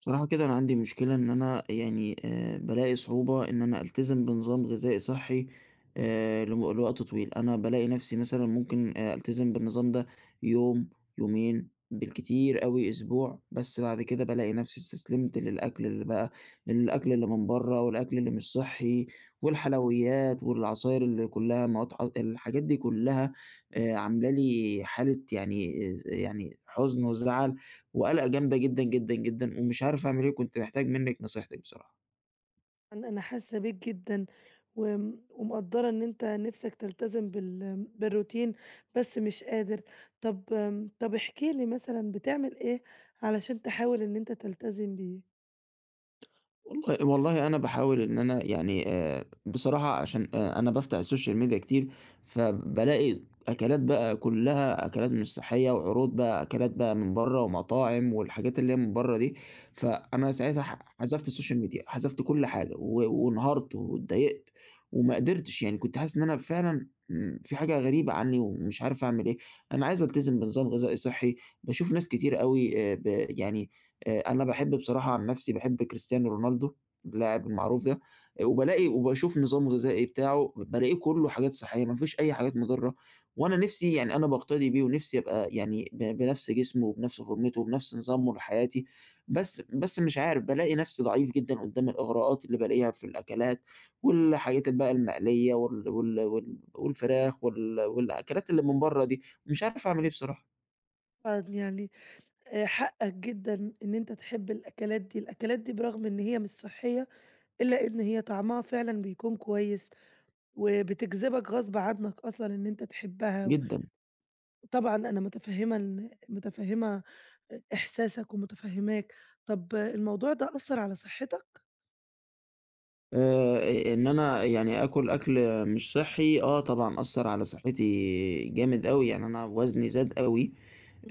بصراحة كده، أنا عندي مشكلة إن أنا يعني بالاقي صعوبة إن أنا ألتزم بنظام غذائي صحّي لم لوقت طويل. أنا بالاقي نَفْسي مثلًا ممكن ألتزم بالنظام ده يوم، يومين، بالكتير أوي أسبوع، بس بعد كده بالاقي نَفْسي استسلمت للأكل اللي بقى، الأكل اللي من برّه والأكل اللي مش صحّي والحلويات والعصاير اللي كُلّها مواد، الحاجات دي كُلّها عاملة لي حالة، يعني حُزن وزعل وقلقة جامدة جدًا، جدًا، جدًا، ومش عارف أعمل إيه، وكنت محتاج منِّك نصيحتِك بصراحة. أنا حاسة بيك جدًا، ومقدّرة إن أنت نِفْسك تلتزم بالروتين بس مش قادر. طَب طَب احكِ لي مثلًا بتعمل إيه علشان تحاول إن أنت تلتزم بيه؟ والله والله، أنا باحاول إن أنا يعني بصراحة، عشان أنا بافتح السوشيال ميديا كتير، فبالاقي أكلات بقى كلّها أكلات مش صحّية، وعروض بقى أكلات بقى من برّه ومطاعم والحاجات اللي هي من برّه دي. فأنا ساعتها حذفت السوشيال ميديا، حذفت كل حاجة وانهارت واتضايقت وما قدرتش. يعني كنت حاسس إن أنا فعلًا، في حاجة غريبة عني، ومش عارف أعمل إيه. أنا عايز ألتزم بنظام غذائي صحّي. باشوف ناس كتير أوي ب يعني أنا باحب بصراحة، عن نَفْسي باحب كريستيانو رونالدو، اللاعب المعروف ده، وبالاقي وباشوف نظامه الغذائي بتاعه، بالاقيه كُلّه حاجات صحّية ما فيهوش أي حاجات مضرّة. وأنا نِفْسي يعني أنا باقتدي بيه ونِفْسي أبقى يعني بنَفْس جسمه، وبنَفْس فورمته، وبنَفْس نظامه لحياتي. بس بس مش عارف، بالاقي نَفْسي ضعيف جدًا قُدّام الإغراءات اللي بالاقيها في الأكلات والحاجات بقى المقلية والفراخ والأكلات اللي من برّه دي. مش عارف أعمل إيه بصراحة. طبعًا يعني حقّك جدًا إن أنت تحب الأكلات دي، الأكلات دي برغم إن هي مش صحّية إلا إن هي طعمها فعلًا بيكون كويس، وبتجذبك غصب عنّك أصلًا إن أنت تحبها. جدًا. طبعًا أنا متفهمة إحساسك ومتفهماك. طب الموضوع ده أثّر على صحتك؟ إن أنا يعني آكل أكل مش صحّي، آه طبعًا أثّر على صحّتي جامد أوي. يعني أنا وزني زاد أوي،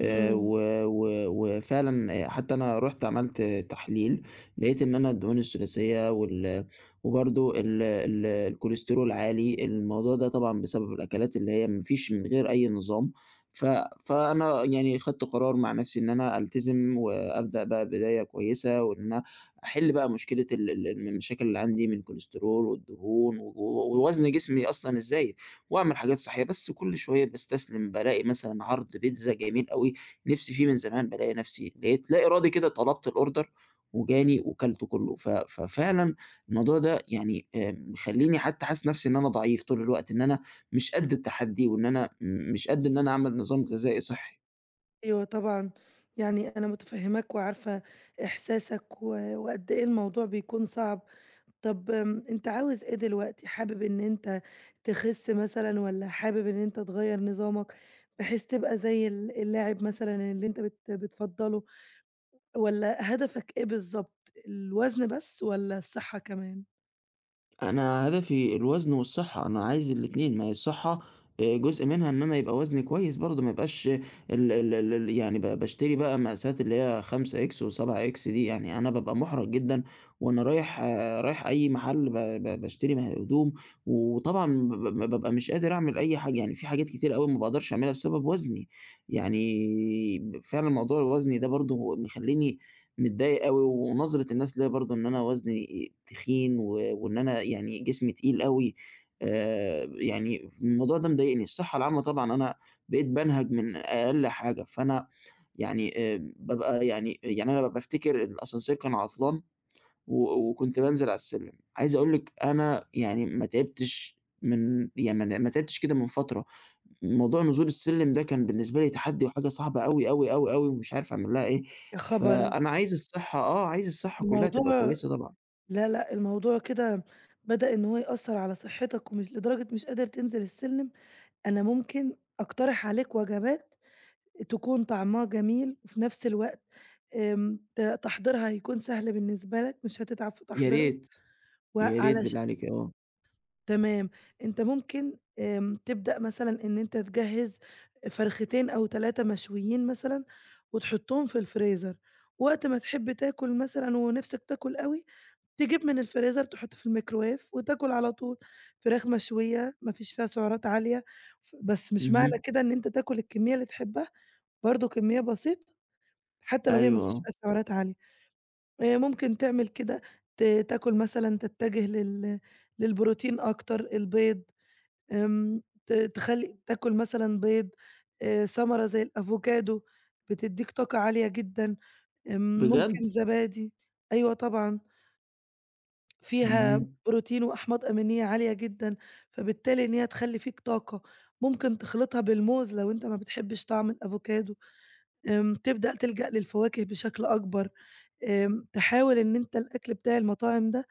و و وفعلًا حتى أنا رُحت عملت تحليل، لقيت إن أنا الدهون الثلاثية وبرضه ال ال الكوليسترول عالي. الموضوع ده طبعًا بسبب الأكلات اللي هي ما فيش من غير أي نظام، ف فأنا يعني خدت قرار مع نفسي إن أنا ألتزم وأبدأ بقى بداية كويسة، وإن أنا أحل بقى مشكلة ال ال المشاكل اللي عندي من كوليسترول والدهون ووزن جسمي أصلًا الزايد. وأعمل حاجات صحية، بس كل شوية باستسلم، بالاقي مثلًا عرض بيتزا جميل أوي نِفْسي فيه من زمان، بالاقي نَفْسي لقيت لا إرادي كده طلبت الorder وجاني وكلته كله. ففعلًا الموضوع ده يعني مخلّيني حتى حاسس نَفْسي إن أنا ضعيف طول الوقت، إن أنا مش قد التحدي، وإن أنا مش قد إن أنا أعمل نظام غذائي صحّي. أيوه طبعًا، يعني أنا متفهماك وعارفة إحساسك وقد إيه الموضوع بيكون صعب. طب أنت عاوز إيه دلوقتي؟ حابب إن أنت تخس مثلًا والّا حابب إن أنت تغيّر نظامك بحيث تبقى زي اللاعب مثلًا اللي أنت بتفضّله، والّا هدفك إيه بالضبط؟ الوزن بس والّا الصحة كمان؟ أنا هدفي الوزن والصحة، أنا عايز الاتنين. ما هي الصحة جزء منها إن أنا يبقى وزني كويس، برضه ما يبقاش ال ال ال ال يعني باشتري بقى مقاسات اللي هي 5X و7X دي. يعني أنا بابقى مُحرَج جدًا وأنا رايح، آه، رايح أي محل ب ب باشتري هدوم، وطبعًا ب ب بابقى مش قادر أعمل أي حاجة. يعني في حاجات كتير أوي ما باقدرش أعملها بسبب وزني، يعني فعلًا موضوع وزني ده برضه مخلّيني متضايق أوي. ونظرة الناس ليّا برضه إن أنا وزني تخين، وإن أنا يعني جسمي تقيل أوي. يعني الموضوع ده مضايقني. الصحة العامة طبعًا أنا بقيت بانهج من أقل حاجة، فأنا يعني بابقى يعني، أنا بافتكر إن الأسانسير كان عطلان و وكنت بانزل على السلم. عايز أقول لِك أنا يعني ما تعبتش، من يعني ما تعبتش كده من فترة. موضوع نزول السلِّم ده كان بالنسبة لي تحدّي وحاجة صعبة أوي، أوي، أوي، أوي، ومش عارف أعمل لها إيه. يا خبر! فأنا عايز الصحّة، آه، عايز الصحّة كُلّها الموضوع تبقى كويسة طبعًا. لا، لأ، الموضوع كده بدأ إن هو يأثّر على صحّتك ومش لدرجة مش قادر تنزل السلِّم. أنا ممكن أقترح عليك وجبات تكون طعمها جميل وفي نفس الوقت تحضيرها هيكون سهل بالنسبة لك، مش هتتعب في يا تحضيرها ريت، يا ريت وعلش بالله عليك، آه. تمام. أنت ممكن تبدأ مثلًا إن أنت تجهّز فرختين أو 3 مشويين مثلًا وتحُطّهم في الفريزر، وقت ما تحب تاكل مثلًا ونِفْسك تاكل أوي تجيب من الفريزر تحُط في الميكروويف وتاكل على طول. فراخ مشوية ما فيش فيها سعرات عالية، بس مش معنى اهم. كده إن أنت تاكل الكمية اللي تحبها، برضه كمية بسيطة حتى لو هي ما أيوه، فيش آه. فيها سعرات عالية. ممكن تعمل كده ت تاكل مثلًا تتجه للبروتين أكتر، البيض، تخلّي تاكل مثلًا بيض، ثمرة زي الأفوكادو بتدّيك طاقة عالية جدًا، بجد؟ ممكن زبادي، أيوه طبعًا. فيها اهم. بروتين وأحماض أمينية عالية جدًا، فبالتالي إن هي تخلّي فيك طاقة، ممكن تخلطها بالموز لو أنت ما بتحبش طعم الأفوكادو. تبدأ تلجأ للفواكه بشكل أكبر. تحاول إن أنت الأكل بتاع المطاعم ده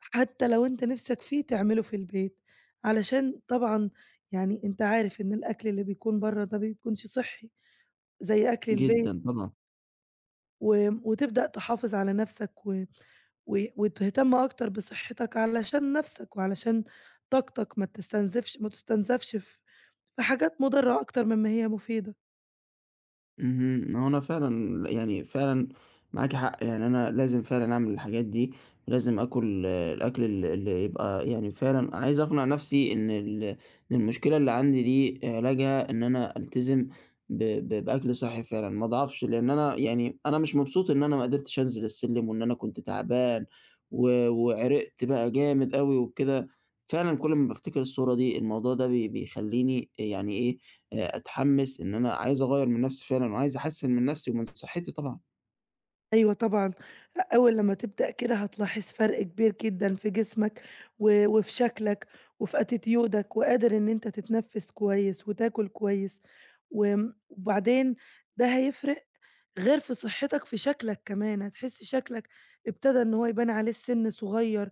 حتى لو أنت نِفْسك فيه تعمله في البيت، علشان طبعًا يعني أنت عارف إن الأكل اللي بيكون برّه ده بيكونش صحّي زي أكل البيت. جدًا طبعًا. وتبدأ تحافظ على نَفْسك و و وتهتم أكتر بصحّتك علشان نَفْسك وعلشان طاقتك ما تستنزفش ما تُستنزفش في في حاجات مُضرّة أكتر مما هي مفيدة. اهم، هو أنا فعلًا، يعني فعلًا معاكِ حق. يعني أنا لازم فعلًا أعمل الحاجات دي، ولازم آكل، آه، الأكل اللي يبقى، يعني فعلًا عايز أقنع نفسي إن المشكلة اللي عندي دي علاجها إن أنا ألتزم ب ب بأكل صحّي فعلًا، ما أضعفش. لإن أنا، يعني أنا مش مبسوط إن أنا ما قدرتش أنزل السلِّم، وإن أنا كنت تعبان وعرقت بقى جامد أوي وكده. فعلًا كل ما بافتكر الصورة دي، الموضوع ده بيخلّيني يعني إيه، أتحمّس إن أنا عايز أغيّر من نَفْسي فعلًا، وعايز أحسّن من نَفْسي ومن صحّتي طبعًا. أيوه طبعًا، أول لمّا تبدأ كده هتلاحظ فرق كبير جدًا في جسمك وفي شكلك وفي attitude وقادر إن أنت تتنفِّس كويس وتاكل كويس. وآمم وبعدين ده هيفرق غير في صحتك في شكلك كمان، هتحس شكلك ابتدى إن هو يبان عليه السِن صغيّر،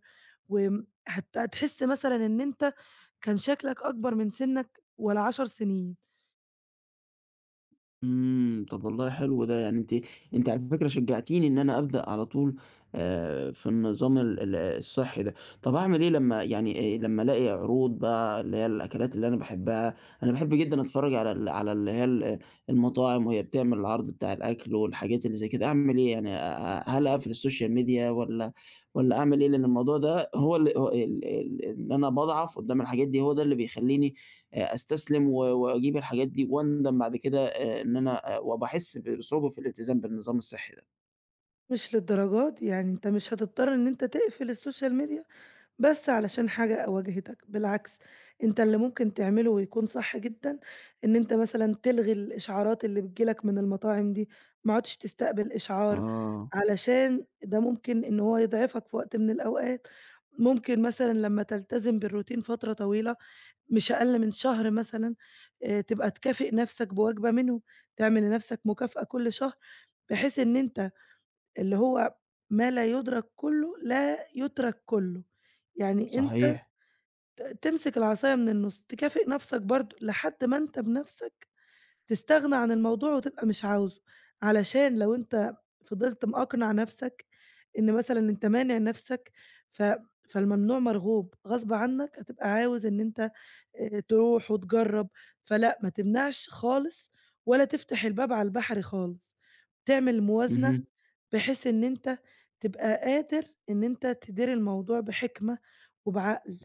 وآمم هتحس مثلًا إن أنت كان شكلك أكبر من سِنّك ولا 10 سنين. طب والله حلو ده. يعني أنتِ على فكرة شجعتيني إن أنا أبدأ على طول في النظام ال ال الصحّي ده. طب أعمل إيه لمّا يعني، لمّا ألاقي عروض بقى اللي هي الأكلات اللي أنا باحبها؟ أنا باحب جدًا أتفرّج على اللي هي المطاعم وهي بتعمل العرض بتاع الأكل والحاجات اللي زي كده. أعمل إيه يعني؟ هل أقفل السوشيال ميديا، والّا أعمل إيه؟ لإن الموضوع ده هو ال هو ال ال إن أنا باضعف قدّام الحاجات دي، هو ده اللي بيخلّيني أستسلم وأجيب الحاجات دي، وأندم بعد كده، إن أنا وباحس بصعوبة في الالتزام بالنظام الصحّي ده. مش للدرجة دي يعني أنت مش هتضطر إن أنت تقفل السوشيال ميديا. بس علشان حاجة واجهتك، بالعكس أنت اللي ممكن تعمله ويكون صح جدًا، إن أنت مثلًا تلغي الإشعارات اللي بتيجي لك من المطاعم دي، ما عُدتش تستقبل إشعار، آه، علشان ده ممكن إن هو يضعفك في وقت من الأوقات. ممكن مثلًا لمّا تلتزم بالروتين فترة طويلة، مش أقل من شهر مثلًا، تبقى تكافئ نفسك بوجبة منهم، تعمل لنفسك مكافأة كل شهر، بحيث إن أنت اللي هو ما لا يُدرك كله لا يُترك كله، يعني أنت صحيح. تمسك العصاية من النُص، تكافئ نَفْسك برضه لحد ما أنت بنَفْسك تستغنى عن الموضوع وتبقى مش عاوزه، علشان لو أنت فضلت مأقنع نَفْسك إن مثلًا أنت مانع نَفْسك ف فالممنوع مرغوب، غصب عنّك هتبقى عاوز إن أنت تروح وتجرّب، فلأ ما تمنعش خالص ولا تفتح الباب على البحر خالص، تعمل موازنة اهم. بحيث إن أنت تبقى قادر إن أنت تدير الموضوع بحكمة وبعقل.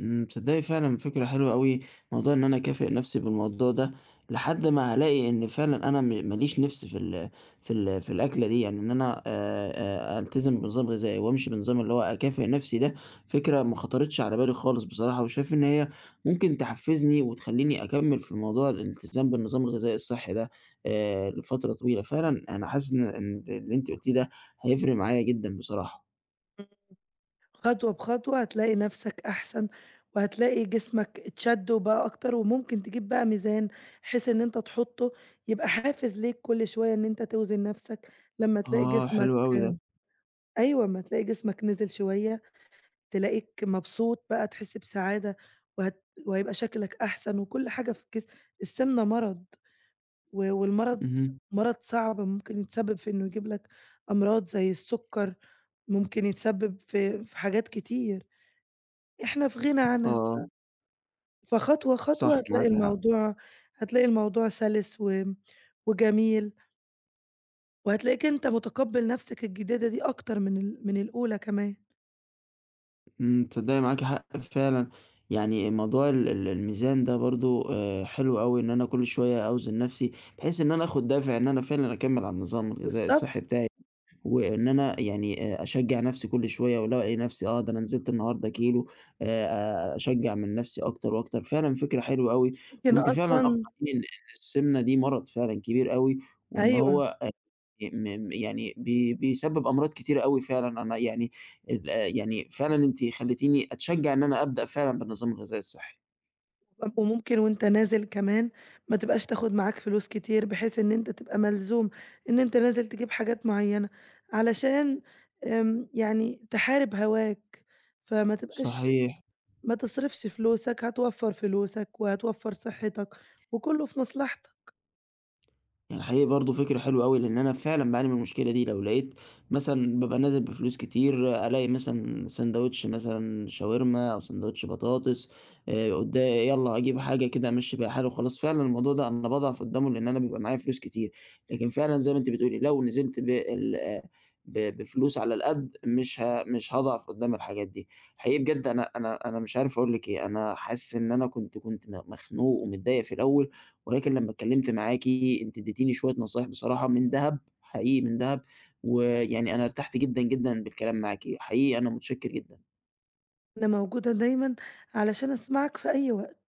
تصدّقي فعلًا فكرة حلوة أوي. موضوع إن أنا أكافئ نَفْسي بالموضوع ده، لحد ما هالاقي إن فعلًا أنا ما ليش نِفْس في الأكلة دي. يعني إن أنا، ألتزم بنظام غذائي وأمشي بنظام اللي هو أكافئ نَفْسي ده، فكرة ما خطرتش على بالي خالص بصراحة، وشايف إن هي ممكن تحفّزني وتخلّيني أكمّل في موضوع الالتزام بالنظام الغذائي الصحّي ده لفترة طويلة. فعلًا أنا حاسس إن اللي أنتِ قُلتيه ده هيفرق معايا جدًا بصراحة. خطوة بخطوة هتلاقي نفسك أحسن، وهتلاقي جسمك اتشد وبقى أكتر، وممكن تجيب بقى ميزان بحيث إن أنت تحطه يبقى حافز ليك كل شوية إن أنت توزن نفسك، لمّا تلاقي آه، جسمك حلو أوي ده. أيوه، أمّا تلاقي جسمك نزل شوية تلاقيك مبسوط بقى تحس بسعادة، وهيبقى شكلك أحسن وكل حاجة في الجسم. السمنة مرض، والمرض اهم، مرض صعب ممكن يتسبب في إنه يجيب لك أمراض زي السكر، ممكن يتسبب في في حاجات كتير. إحنا في غِنى آه، عنها، آه. فخطوة، خطوة صح هتلاقي معاكِ حق. الموضوع هتلاقي الموضوع سَلِس وجميل، وهتلاقيك أنت مُتقبّل نَفْسك الجديدة دي أكتر من من الأولى كمان. تصدقي معاكِ حق فعلًا. يعني موضوع ال ال الميزان ده برضه حلو أوي إن أنا كل شوية أوزن نفْسي، بحيث إن أنا آخد دافع إن أنا فعلًا أكمّل على النظام الغذائي بالضبط، الصحّي بتاعي، وإن أنا يعني، أشجّع نفْسي كل شوية، وألاقي نفْسي، آه، ده أنا نزلت النهارده كيلو. أشجّع من نفْسي أكتر وأكتر. فعلًا فكرة حلوة أوي. ممكن وأنتِ فعلًا أصلًا أقنعتيني إن السمنة دي مرض فعلًا كبير أوي، وإن أيوه، هو م م يعني بيسبب أمراض كتيرة أوي فعلًا. أنا يعني، يعني فعلًا أنتِ خلّيتيني أتشجّع إن أنا أبدأ فعلًا بالنظام الغذائي الصحّي. وممكن وأنت نازل كمان ما تبقاش تاخُد معاك فلوس كتير، بحيث إن أنت تبقى ملزوم إن أنت نازل تجيب حاجات معيّنة، علشان يعني تحارب هواك، فما صح. تبقاش ما تصرفش فلوسك، هتوفّر فلوسك وهتوفّر صحتك، وكلّه في مصلحتك. الحقيقي برضه فكرة حلوة أوي، لإن أنا فعلًا باعاني من المشكلة دي. لو لقيت مثلًا بابقى نازل بفلوس كتير، ألاقي مثلًا ساندوتش مثلًا شاورما أو ساندوتش بطاطس، قدا يالّا أجيب حاجة كده أمشّي بيها حالي وخلاص. فعلًا الموضوع ده أنا باضعف قدّامه، لإن أنا بيبقى معايا فلوس كتير، لكن فعلًا زي ما أنتِ بتقولي، لو نزلت بال، آه، بفلوس على القد مش هاضعف قدّام الحاجات دي. حقيقي بجد أنا مش عارف أقول لِك إيه. أنا حاسس إن أنا كنت مخنوق ومتضايق في الأول، ولكن لمّا اتكلمت معاكِ، أنتِ اديتيني شوية نصايح بصراحة من دهب، حقيقي من دهب. ويعني أنا ارتحت جدًا، جدًا بالكلام معاكِ. حقيقي أنا متشكر جدًا. أنا موجودة دايمًا علشان أسمعك في أي وقت.